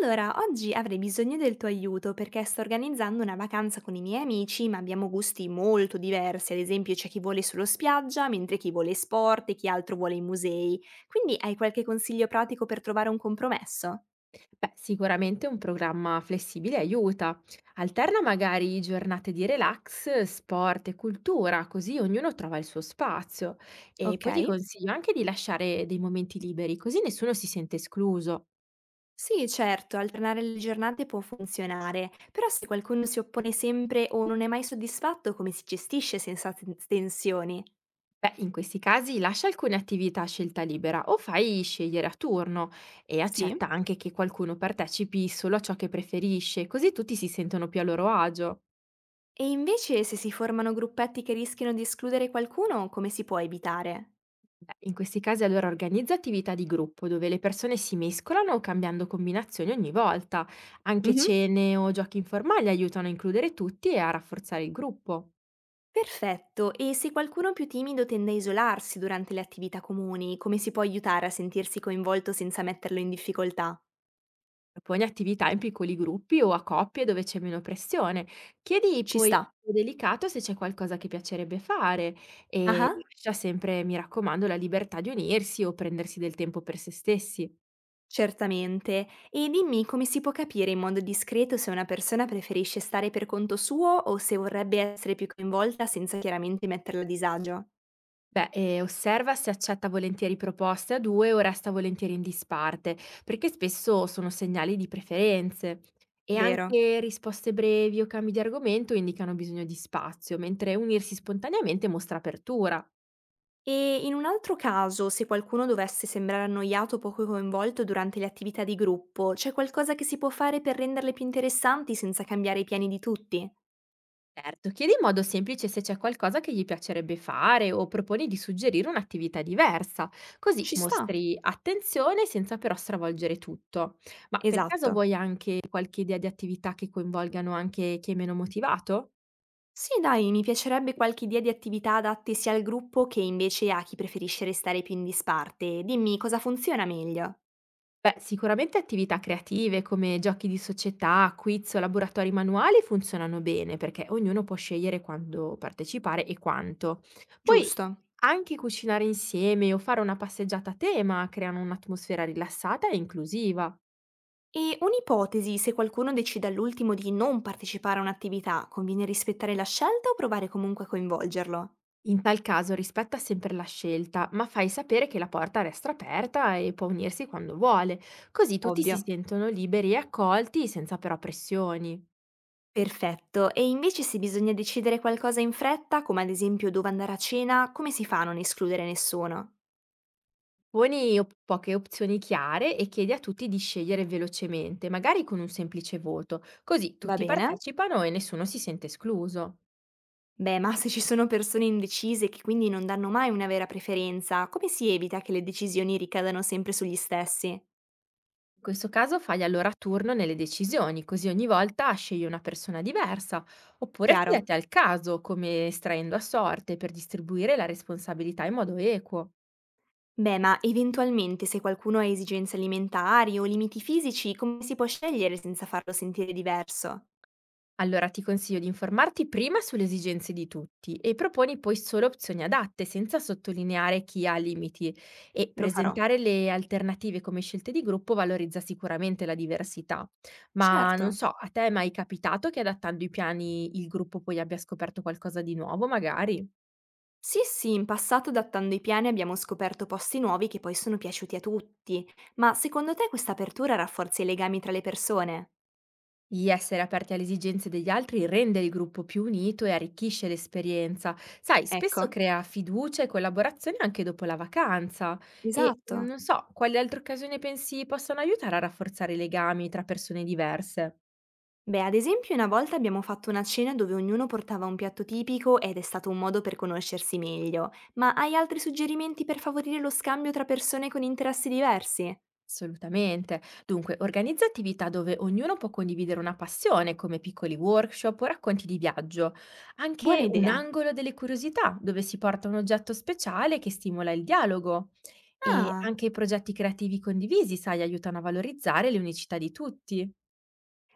Allora, oggi avrei bisogno del tuo aiuto perché sto organizzando una vacanza con i miei amici, ma abbiamo gusti molto diversi. Ad esempio, c'è chi vuole solo spiaggia, mentre chi vuole sport e chi altro vuole i musei. Quindi hai qualche consiglio pratico per trovare un compromesso? Beh, sicuramente un programma flessibile aiuta. Alterna magari giornate di relax, sport e cultura, così ognuno trova il suo spazio. E Ok? poi ti consiglio anche di lasciare dei momenti liberi, così nessuno si sente escluso. Sì, certo, alternare le giornate può funzionare, però se qualcuno si oppone sempre o non è mai soddisfatto, come si gestisce senza tensioni? Beh, in questi casi lascia alcune attività a scelta libera o fai scegliere a turno e accetta Sì. anche che qualcuno partecipi solo a ciò che preferisce, così tutti si sentono più a loro agio. E invece se si formano gruppetti che rischiano di escludere qualcuno, come si può evitare? Beh, in questi casi allora organizza attività di gruppo dove le persone si mescolano cambiando combinazioni ogni volta. Anche Mh-mh. cene o giochi informali aiutano a includere tutti e a rafforzare il gruppo. Perfetto, e se qualcuno più timido tende a isolarsi durante le attività comuni, come si può aiutare a sentirsi coinvolto senza metterlo in difficoltà? Proponi attività in piccoli gruppi o a coppie dove c'è meno pressione. Chiedi Ci poi in sta. modo delicato se c'è qualcosa che piacerebbe fare e Ah-ah, lascia sempre, mi raccomando, la libertà di unirsi o prendersi del tempo per se stessi. certamente. E dimmi, come si può capire in modo discreto se una persona preferisce stare per conto suo o se vorrebbe essere più coinvolta senza chiaramente metterla a disagio? Beh, osserva se accetta volentieri proposte a 2 o resta volentieri in disparte, perché spesso sono segnali di preferenze. E Vero. anche risposte brevi o cambi di argomento indicano bisogno di spazio, mentre unirsi spontaneamente mostra apertura. E in un altro caso, se qualcuno dovesse sembrare annoiato o poco coinvolto durante le attività di gruppo, c'è qualcosa che si può fare per renderle più interessanti senza cambiare i piani di tutti? Certo, chiedi in modo semplice se c'è qualcosa che gli piacerebbe fare o proponi di suggerire un'attività diversa, così Ci sta. mostri attenzione senza però stravolgere tutto. Ma per caso Esatto. vuoi anche qualche idea di attività che coinvolgano anche chi è meno motivato? Sì, dai, mi piacerebbe qualche idea di attività adatte sia al gruppo che invece a chi preferisce restare più in disparte. Dimmi cosa funziona meglio. Beh, sicuramente attività creative come giochi di società, quiz o laboratori manuali funzionano bene perché ognuno può scegliere quando partecipare e quanto. Poi Giusto. anche cucinare insieme o fare una passeggiata a tema creano un'atmosfera rilassata e inclusiva. E un'ipotesi, se qualcuno decide all'ultimo di non partecipare a un'attività, conviene rispettare la scelta o provare comunque a coinvolgerlo? In tal caso rispetta sempre la scelta, ma fai sapere che la porta resta aperta e può unirsi quando vuole, così tutti si Ovvio. sentono liberi e accolti senza però pressioni. Perfetto, e invece se bisogna decidere qualcosa in fretta, come ad esempio dove andare a cena, come si fa a non escludere nessuno? Poni op Poche opzioni chiare e chiedi a tutti di scegliere velocemente, magari con un semplice voto, così Va tutti bene? partecipano e nessuno si sente escluso. Beh, ma se ci sono persone indecise che quindi non danno mai una vera preferenza, come si evita che le decisioni ricadano sempre sugli stessi? In questo caso fai allora a turno nelle decisioni, così ogni volta scegli una persona diversa, oppure affidati Chiaro. al caso, come estraendo a sorte per distribuire la responsabilità in modo equo. Beh, ma eventualmente se qualcuno ha esigenze alimentari o limiti fisici, come si può scegliere senza farlo sentire diverso? Allora ti consiglio di informarti prima sulle esigenze di tutti e proponi poi solo opzioni adatte, senza sottolineare chi ha limiti e Lo farò. presentare le alternative come scelte di gruppo valorizza sicuramente la diversità. Ma Certo. non so, a te è mai capitato che adattando i piani il gruppo poi abbia scoperto qualcosa di nuovo, magari? Sì, sì, in passato adattando i piani abbiamo scoperto posti nuovi che poi sono piaciuti a tutti. Ma secondo te questa apertura rafforza i legami tra le persone? Gli essere aperti alle esigenze degli altri rende il gruppo più unito e arricchisce l'esperienza. Sai, Ecco, spesso crea fiducia e collaborazione anche dopo la vacanza. E esatto. non so, quali altre occasioni pensi possano aiutare a rafforzare i legami tra persone diverse? Beh, ad esempio, una volta abbiamo fatto una cena dove ognuno portava un piatto tipico ed è stato un modo per conoscersi meglio. Ma hai altri suggerimenti per favorire lo scambio tra persone con interessi diversi? Assolutamente. Dunque, organizza attività dove ognuno può condividere una passione, come piccoli workshop o racconti di viaggio. Anche Buona un idea. angolo delle curiosità, dove si porta un oggetto speciale che stimola il dialogo. E Ah, anche i progetti creativi condivisi, sai, aiutano a valorizzare le unicità di tutti.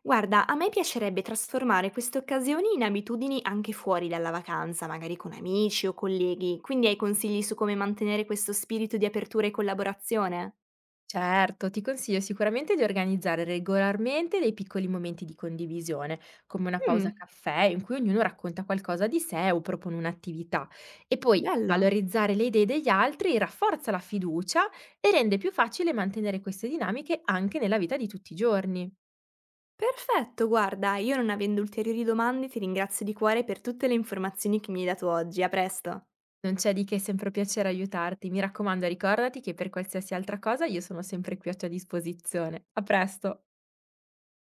guarda, a me piacerebbe trasformare queste occasioni in abitudini anche fuori dalla vacanza, magari con amici o colleghi. Quindi hai consigli su come mantenere questo spirito di apertura e collaborazione? Certo, ti consiglio sicuramente di organizzare regolarmente dei piccoli momenti di condivisione, come una pausa Mmm, caffè in cui ognuno racconta qualcosa di sé o propone un'attività. E poi bello. valorizzare le idee degli altri rafforza la fiducia e rende più facile mantenere queste dinamiche anche nella vita di tutti i giorni. Perfetto, guarda, io non avendo ulteriori domande ti ringrazio di cuore per tutte le informazioni che mi hai dato oggi. A presto. Non c'è di che, è sempre un piacere aiutarti. Mi raccomando, ricordati che per qualsiasi altra cosa io sono sempre qui a tua disposizione. A presto!